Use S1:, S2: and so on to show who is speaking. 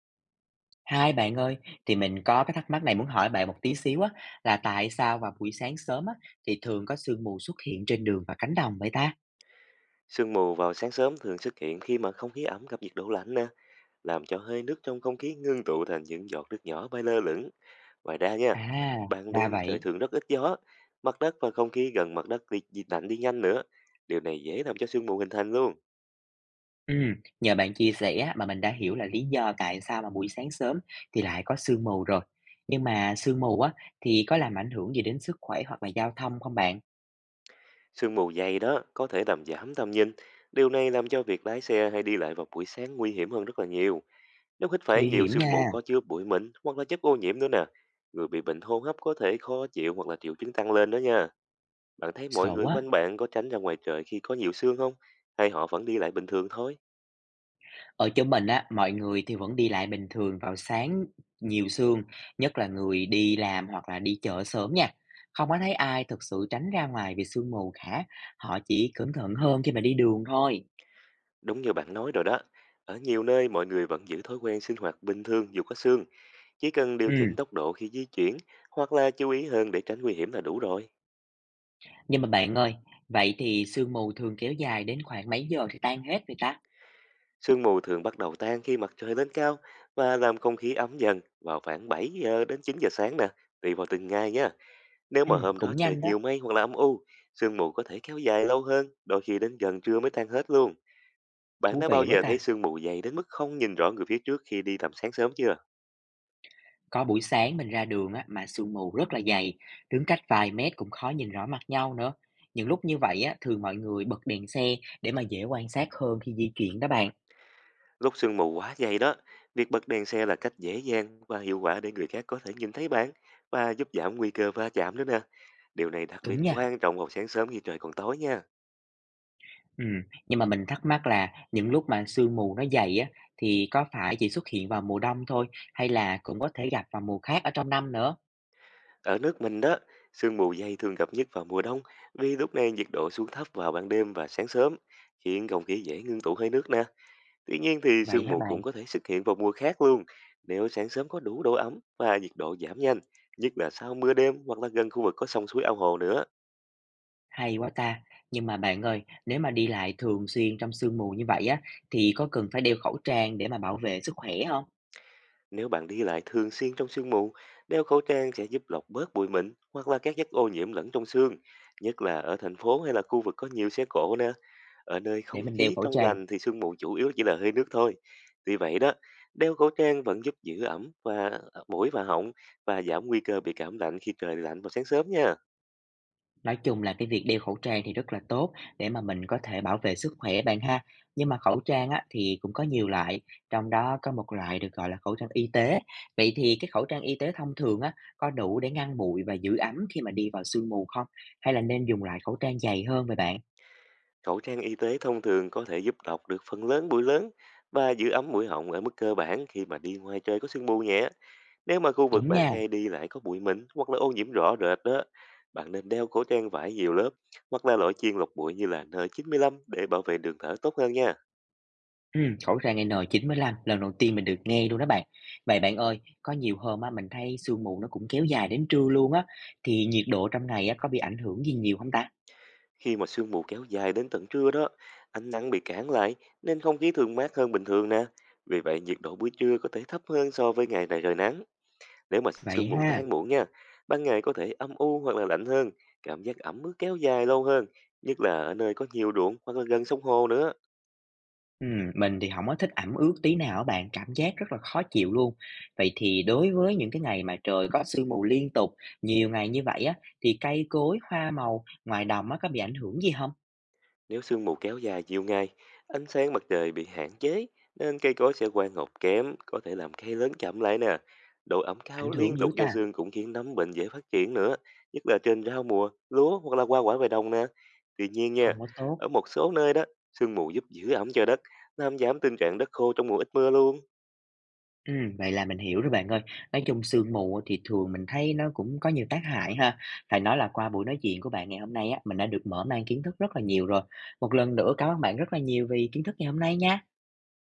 S1: Hai bạn ơi, thì mình có cái thắc mắc này muốn hỏi bạn một tí xíu á, là tại sao vào buổi sáng sớm á, thì thường có sương mù xuất hiện trên đường và cánh đồng vậy ta?
S2: Sương mù vào sáng sớm thường xuất hiện khi mà không khí ẩm gặp nhiệt độ lạnh nè, làm cho hơi nước trong không khí ngưng tụ thành những giọt nước nhỏ bay lơ lửng. Ngoài ra nha,
S1: À,
S2: ban
S1: ra
S2: đêm trời
S1: vậy.
S2: thường rất ít gió, mặt đất và không khí gần mặt đất đi lạnh đi nhanh nữa. Điều này dễ làm cho sương mù hình thành luôn.
S1: Ừ, nhờ bạn chia sẻ á, mà mình đã hiểu là lý do tại sao mà buổi sáng sớm thì lại có sương mù rồi. Nhưng mà sương mù á, thì có làm ảnh hưởng gì đến sức khỏe hoặc là giao thông không bạn?
S2: Sương mù dày đó có thể làm giảm tầm nhìn. Điều này làm cho việc lái xe hay đi lại vào buổi sáng nguy hiểm hơn rất là nhiều. Nếu hít phải
S1: Nguy
S2: nhiều
S1: hiểm
S2: sương mù
S1: nha.
S2: có chứa bụi mịn hoặc là chất ô nhiễm nữa nè, người bị bệnh hô hấp có thể khó chịu hoặc là triệu chứng tăng lên đó nha. Bạn thấy mọi
S1: Sợ
S2: người
S1: quá.
S2: quanh bạn có tránh ra ngoài trời khi có nhiều sương không? Hay họ vẫn đi lại bình thường thôi?
S1: Ở chỗ mình á, mọi người thì vẫn đi lại bình thường vào sáng nhiều sương, nhất là người đi làm hoặc là đi chợ sớm nha. Không có thấy ai thực sự tránh ra ngoài vì sương mù cả, họ chỉ cẩn thận hơn khi mà đi đường thôi.
S2: Đúng như bạn nói rồi đó. Ở nhiều nơi mọi người vẫn giữ thói quen sinh hoạt bình thường dù có sương, chỉ cần điều
S1: Ừ,
S2: chỉnh tốc độ khi di chuyển hoặc là chú ý hơn để tránh nguy hiểm là đủ rồi.
S1: nhưng mà bạn ơi, vậy thì sương mù thường kéo dài đến khoảng mấy giờ thì tan hết vậy ta?
S2: Sương mù thường bắt đầu tan khi mặt trời lên cao và làm không khí ấm dần vào khoảng 7 giờ đến 9 giờ sáng nè, tùy vào từng ngày nha. Nếu
S1: Ừ,
S2: mà hôm đó
S1: cũng
S2: trời
S1: nhanh đó,
S2: nhiều mây hoặc là âm u, sương mù có thể kéo dài lâu hơn, đôi khi đến gần trưa mới tan hết luôn. Bạn
S1: thú
S2: đã bao
S1: vị quá
S2: giờ thấy
S1: ta.
S2: sương mù dày đến mức không nhìn rõ người phía trước khi đi tầm sáng sớm chưa?
S1: Có buổi sáng mình ra đường á, mà sương mù rất là dày, đứng cách vài mét cũng khó nhìn rõ mặt nhau nữa. Những lúc như vậy á, thường mọi người bật đèn xe để mà dễ quan sát hơn khi di chuyển đó bạn.
S2: Lúc sương mù quá dày đó, việc bật đèn xe là cách dễ dàng và hiệu quả để người khác có thể nhìn thấy bạn và giúp giảm nguy cơ va chạm nữa nè. Điều này đặc biệt
S1: Đúng nha.
S2: quan trọng vào sáng sớm khi trời còn tối nha.
S1: Ừ, nhưng mà mình thắc mắc là những lúc mà sương mù nó dày á, thì có phải chỉ xuất hiện vào mùa đông thôi hay là cũng có thể gặp vào mùa khác ở trong năm nữa?
S2: Ở nước mình đó, sương mù dày thường gặp nhất vào mùa đông vì lúc này nhiệt độ xuống thấp vào ban đêm và sáng sớm, khiến không khí dễ ngưng tụ hơi nước nè. Tuy nhiên thì
S1: Vậy
S2: sương
S1: hả
S2: mù cũng
S1: bạn?
S2: có thể xuất hiện vào mùa khác luôn, nếu sáng sớm có đủ độ ấm và nhiệt độ giảm nhanh, nhất là sau mưa đêm hoặc là gần khu vực có sông suối ao hồ nữa.
S1: Hay quá ta. Nhưng mà bạn ơi, nếu mà đi lại thường xuyên trong sương mù như vậy á, thì có cần phải đeo khẩu trang để mà bảo vệ sức khỏe không?
S2: Nếu bạn đi lại thường xuyên trong sương mù, đeo khẩu trang sẽ giúp lọc bớt bụi mịn hoặc là các chất ô nhiễm lẫn trong sương, nhất là ở thành phố hay là khu vực có nhiều xe cộ nè. Ở nơi
S1: Để
S2: không
S1: mình đeo
S2: khí
S1: khẩu
S2: trong
S1: trang.
S2: lành thì sương mù chủ yếu chỉ là hơi nước thôi. Tuy vậy đó, đeo khẩu trang vẫn giúp giữ ẩm và mũi và họng và giảm nguy cơ bị cảm lạnh khi trời lạnh vào sáng sớm nha.
S1: Nói chung là cái việc đeo khẩu trang thì rất là tốt để mà mình có thể bảo vệ sức khỏe bạn ha. Nhưng mà khẩu trang á, thì cũng có nhiều loại, trong đó có một loại được gọi là khẩu trang y tế. Vậy thì cái khẩu trang y tế thông thường á, có đủ để ngăn bụi và giữ ấm khi mà đi vào sương mù không? Hay là nên dùng loại khẩu trang dày hơn vậy bạn?
S2: Khẩu trang y tế thông thường có thể giúp đọc được phần lớn bụi lớn và giữ ấm mũi họng ở mức cơ bản khi mà đi ngoài trời có sương mù nhẹ. Nếu mà khu vực
S1: Đúng
S2: bạn
S1: nha.
S2: hay đi lại có bụi mịn hoặc là ô nhiễm rõ rệt đó, bạn nên đeo khẩu trang vải nhiều lớp hoặc là loại chuyên lọc bụi như là N95 để bảo vệ đường thở tốt hơn nha.
S1: Ừ, khẩu trang N95 lần đầu tiên mình được nghe luôn đó bạn. Vậy bạn ơi, có nhiều hôm á mình thấy sương mù nó cũng kéo dài đến trưa luôn á, thì nhiệt độ trong ngày á có bị ảnh hưởng gì nhiều không ta?
S2: Khi mà sương mù kéo dài đến tận trưa đó, ánh nắng bị cản lại nên không khí thường mát hơn bình thường nè. Vì vậy nhiệt độ buổi trưa có thể thấp hơn so với ngày này trời nắng. Nếu mà
S1: Vậy
S2: sương mù
S1: ha.
S2: tan muộn nha, ban ngày có thể âm u hoặc là lạnh hơn, cảm giác ẩm ướt kéo dài lâu hơn, nhất là ở nơi có nhiều ruộng hoặc là gần sông hồ nữa.
S1: Mình thì không có thích ẩm ướt tí nào á bạn, cảm giác rất là khó chịu luôn. Vậy thì đối với những cái ngày mà trời có sương mù liên tục, nhiều ngày như vậy á, thì cây cối, hoa màu ngoài đồng á có bị ảnh hưởng gì không?
S2: Nếu sương mù kéo dài nhiều ngày, ánh sáng mặt trời bị hạn chế nên cây cối sẽ quang ngọc kém, có thể làm cây lớn chậm lại nè. Độ ẩm cao
S1: Ảnh
S2: liên
S1: hưởng
S2: tục
S1: dữ
S2: do
S1: ta,
S2: sương cũng khiến nấm bệnh dễ phát triển nữa, nhất là trên rau mùa, lúa hoặc là hoa quả về đồng nè. Tuy nhiên nha,
S1: không có tốt.
S2: ở một số nơi đó, sương mù giúp giữ ẩm cho đất, làm giảm tình trạng đất khô trong mùa ít mưa luôn.
S1: Vậy là mình hiểu rồi bạn ơi. Nói chung sương mù thì thường mình thấy nó cũng có nhiều tác hại ha. Phải nói là qua buổi nói chuyện của bạn ngày hôm nay á, mình đã được mở mang kiến thức rất là nhiều rồi. Một lần nữa cảm ơn bạn rất là nhiều vì kiến thức ngày hôm nay nha.